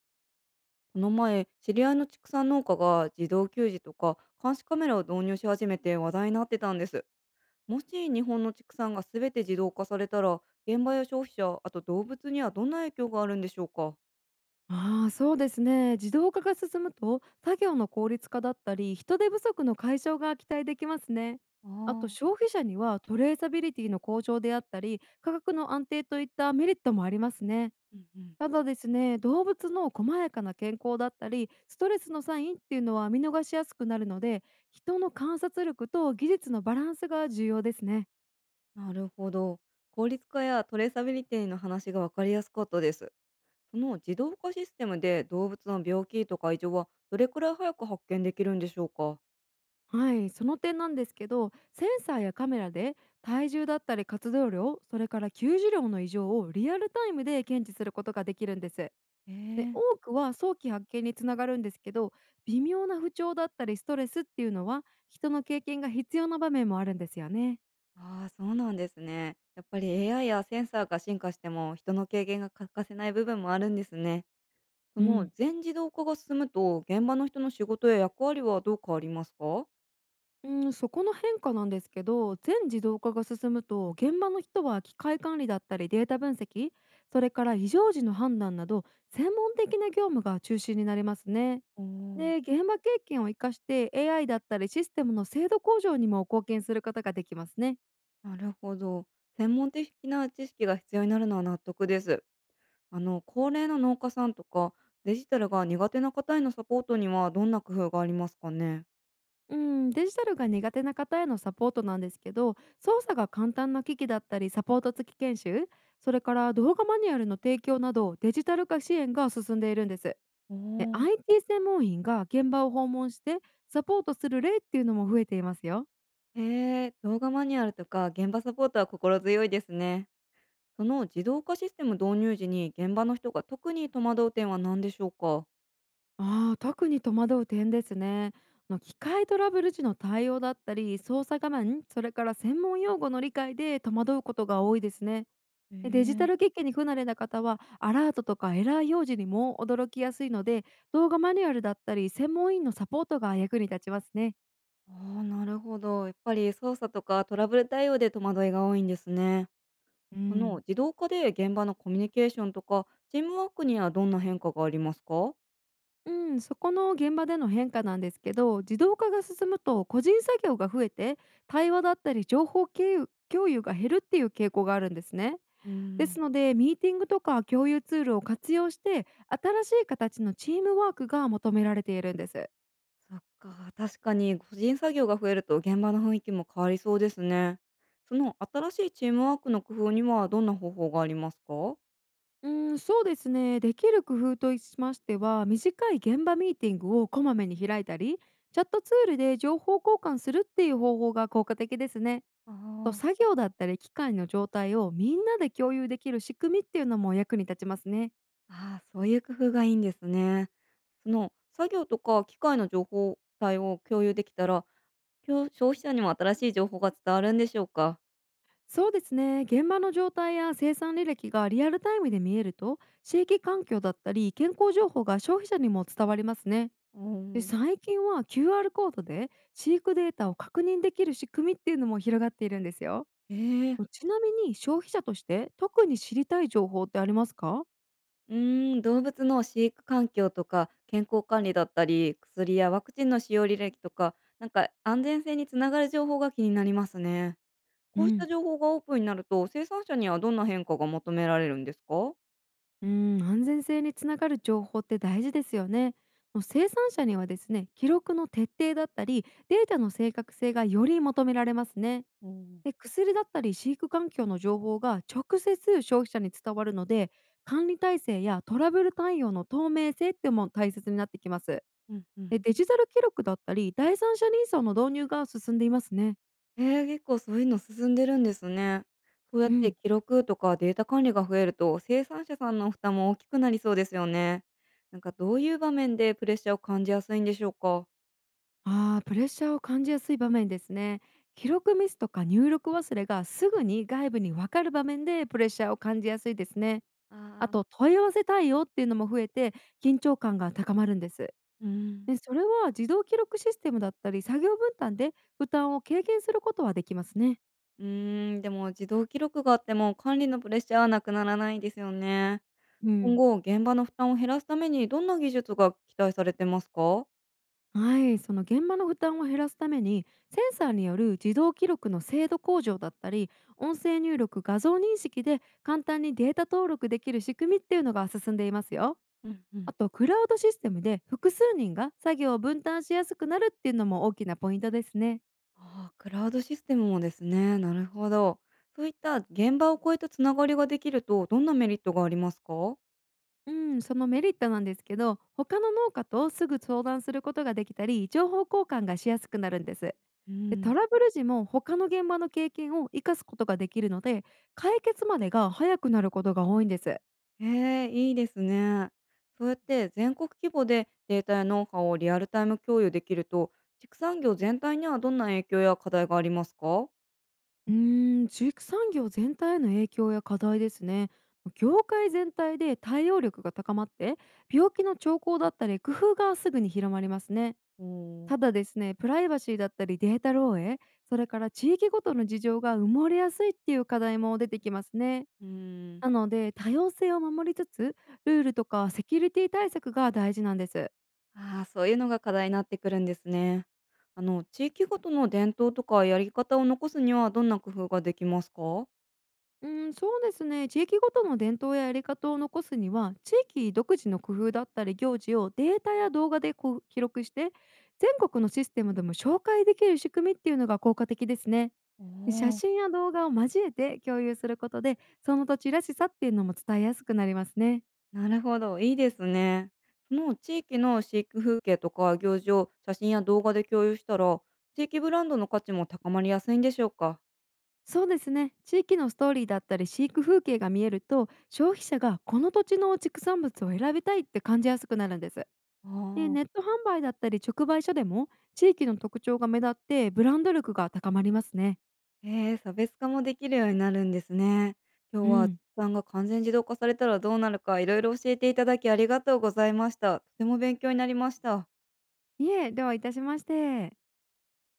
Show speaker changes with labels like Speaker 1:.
Speaker 1: この前、知り合いの畜産農家が自動給餌とか監視カメラを導入し始めて話題になってたんです。もし日本の畜産が全て自動化されたら、現場や消費者、あと動物にはどんな影響があるんでしょうか？
Speaker 2: ああ、そうですね。自動化が進むと作業の効率化だったり人手不足の解消が期待できますね。
Speaker 1: あ
Speaker 2: あと
Speaker 1: あ、
Speaker 2: 消費者にはトレーサビリティの向上であったり価格の安定といったメリットもありますね。
Speaker 1: うんうん。
Speaker 2: ただですね、動物の細やかな健康だったりストレスのサインっていうのは見逃しやすくなるので、人の観察力と技術のバランスが重要ですね。
Speaker 1: なるほど。効率化やトレーサビリティの話が分かりやすかったです。その自動化システムで動物の病気とか異常はどれくらい早く発見できるんでしょうか？
Speaker 2: はい、その点なんですけど、センサーやカメラで体重だったり活動量、それから給油量の異常をリアルタイムで検知することができるんです。で、
Speaker 1: ええ。
Speaker 2: 多くは早期発見につながるんですけど、微妙な不調だったりストレスっていうのは人の経験が必要な場面もあるんですよね。
Speaker 1: ああ、そうなんですね。やっぱり AI やセンサーが進化しても、人の経験が欠かせない部分もあるんですね。そ
Speaker 2: う
Speaker 1: の
Speaker 2: ん、
Speaker 1: 全自動化が進むと、現場の人の仕事や役割はどう変わりますか？
Speaker 2: うん、そこの変化なんですけど、全自動化が進むと現場の人は機械管理だったりデータ分析、それから異常時の判断など専門的な業務が中心になりますね。
Speaker 1: おー。
Speaker 2: で、現場経験を生かして AI だったりシステムの精度向上にも貢献することができますね。
Speaker 1: なるほど。専門的な知識が必要になるのは納得です。あの、高齢の農家さんとか、デジタルが苦手な方へのサポートにはどんな工夫がありますかね？
Speaker 2: うん、デジタルが苦手な方へのサポートなんですけど、操作が簡単な機器だったりサポート付き研修、それから動画マニュアルの提供などデジタル化支援が進んでいるんです。
Speaker 1: お
Speaker 2: で、
Speaker 1: ー。
Speaker 2: IT 専門員が現場を訪問してサポートする例っていうのも増えていますよ。
Speaker 1: へえ、動画マニュアルとか現場サポートは心強いですね。その自動化システム導入時に現場の人が特に戸惑う点は何でしょうか？
Speaker 2: ああ、特に戸惑う点ですね。あの、機械トラブル時の対応だったり操作画面、それから専門用語の理解で戸惑うことが多いですね。
Speaker 1: え
Speaker 2: で、デジタ
Speaker 1: え。
Speaker 2: ル機器に不慣れな方はアラートとかエラー表示にも驚きやすいので、動画マニュアルだったり専門員のサポートが役に立ちますね。
Speaker 1: ああ、なるほど。やっぱり操作とかトラブル対応で戸惑いが多いんですね。
Speaker 2: う
Speaker 1: その
Speaker 2: ん、
Speaker 1: 自動化で現場のコミュニケーションとかチームワークにはどんな変化がありますか？
Speaker 2: うん、そこの現場での変化なんですけど、自動化が進むと個人作業が増えて対話だったり情報経由共有が減るっていう傾向があるんですね。
Speaker 1: う
Speaker 2: で
Speaker 1: ん、
Speaker 2: すので、ミーティングとか共有ツールを活用して、新しい形のチームワークが求められているんです。
Speaker 1: そっか、確かに個人作業が増えると現場の雰囲気も変わりそうですね。その新しいチームワークの工夫にはどんな方法がありますか？
Speaker 2: うん、そうですね。できる工夫としましては、短い現場ミーティングをこまめに開いたり、チャットツールで情報交換するっていう方法が効果的ですね。と、
Speaker 1: あ
Speaker 2: 作
Speaker 1: あ。
Speaker 2: 業だったり機械の状態をみんなで共有できる仕組みっていうのも役に立ちますね。
Speaker 1: ああ、そういう工夫がいいんですね。その作業とか機械の情報体を共有できたら、消費者にも新しい情報が伝わるんでしょうか。
Speaker 2: そうですね、現場の状態や生産履歴がリアルタイムで見えると、地域環境だったり健康情報が消費者にも伝わりますね。
Speaker 1: う
Speaker 2: で、
Speaker 1: ん、
Speaker 2: 最近は QR コードで飼育データを確認できる仕組みっていうのも広がっているんですよ。
Speaker 1: ええ。
Speaker 2: ちなみに消費者として特に知りたい情報ってありますか？
Speaker 1: うーん、動物の飼育環境とか健康管理だったり、薬やワクチンの使用履歴とか、なんか安全性につながる情報が気になりますね。
Speaker 2: う
Speaker 1: こうした
Speaker 2: ん
Speaker 1: 情報がオープンになると、生産者にはどんな変化が求められるんですか？
Speaker 2: うん、安全性につながる情報って大事ですよね。もう生産者にはですね、記録の徹底だったりデータの正確性がより求められますね。
Speaker 1: うん
Speaker 2: で、薬だったり飼育環境の情報が直接消費者に伝わるので、管理体制やトラブル対応の透明性っていうのも大切になってきます。
Speaker 1: うん。うん。
Speaker 2: で、デジタル記録だったり、第三者認証の導入が進んでいますね。
Speaker 1: ええ、結構そういうの進んでるんですね。そうやっ
Speaker 2: う
Speaker 1: て
Speaker 2: ん。
Speaker 1: 記録とかデータ管理が増えると、生産者さんの負担も大きくなりそうですよね。なんかどういう場面でプレッシャーを感じやすいんでしょうか？
Speaker 2: ああ、プレッシャーを感じやすい場面ですね。記録ミスとか入力忘れがすぐに外部に分かる場面でプレッシャーを感じやすいですね。あ
Speaker 1: あ
Speaker 2: と、
Speaker 1: あ。
Speaker 2: 問い合わせ対応っていうのも増えて緊張感が高まるんです。
Speaker 1: うん。
Speaker 2: で、それは自動記録システムだったり、作業分担で負担を軽減することはできますね。
Speaker 1: うーん、でも自動記録があっても管理のプレッシャーはなくならないですよね。
Speaker 2: う
Speaker 1: 今
Speaker 2: ん。
Speaker 1: 後、現場の負担を減らすためにどんな技術が期待されてますか？
Speaker 2: はい、その現場の負担を減らすために、センサーによる自動記録の精度向上だったり、音声入力、画像認識で簡単にデータ登録できる仕組みっていうのが進んでいますよ。
Speaker 1: うんうん。
Speaker 2: あと、クラウドシステムで複数人が作業を分担しやすくなるっていうのも大きなポイントですね。
Speaker 1: ああ、クラウドシステムもですね。なるほど。そういった現場を超えたつながりができると、どんなメリットがありますか？
Speaker 2: うん、そのメリットなんですけど、他の農家とすぐ相談することができたり情報交換がしやすくなるんです。
Speaker 1: うー
Speaker 2: で、
Speaker 1: ん。
Speaker 2: トラブル時も他の現場の経験を生かすことができるので、解決までが早くなることが多いんです。
Speaker 1: へえ、いいですね。そうやって全国規模でデータやノウハウをリアルタイム共有できると、畜産業全体にはどんな影響や課題がありますか？
Speaker 2: うーん、飼育産業全体への影響や課題ですね。業界全体で対応力が高まって、病気の兆候だったり工夫がすぐに広まりますね。
Speaker 1: うん、う
Speaker 2: ただですね、プライバシーだったりデータ漏洩、それから地域ごとの事情が埋もれやすいっていう課題も出てきますね。
Speaker 1: ーん。
Speaker 2: なので、多様性を守りつつ、ルールとかセキュリティ対策が大事なんです。
Speaker 1: ああ、そういうのが課題になってくるんですね。あの、地域ごとの伝統とかやり方を残すにはどんな工夫ができますか？
Speaker 2: うん、そうですね。地域ごとの伝統ややり方を残すには、地域独自の工夫だったり行事をデータや動画でこう記録して、全国のシステムでも紹介できる仕組みっていうのが効果的ですね。
Speaker 1: お
Speaker 2: で、写
Speaker 1: ー。
Speaker 2: 真や動画を交えて共有することで、その土地らしさっていうのも伝えやすくなりますね。
Speaker 1: なるほど、いいですね。その地域の飼育風景とか行事を写真や動画で共有したら、地域ブランドの価値も高まりやすいんでしょうか。
Speaker 2: そうですね。地域のストーリーだったり飼育風景が見えると、消費者がこの土地の畜産物を選びたいって感じやすくなるんです。で、
Speaker 1: あ
Speaker 2: ネッ
Speaker 1: あ、
Speaker 2: ト販売だったり直売所でも地域の特徴が目立ってブランド力が高まりますね。
Speaker 1: ええ、差別化もできるようになるんですね。今
Speaker 2: う
Speaker 1: 日は畜
Speaker 2: ん。
Speaker 1: 産が完全自動化されたらどうなるかいろいろ教えていただきありがとうございました。とても勉強になりました。
Speaker 2: いえ、ではいたしまして。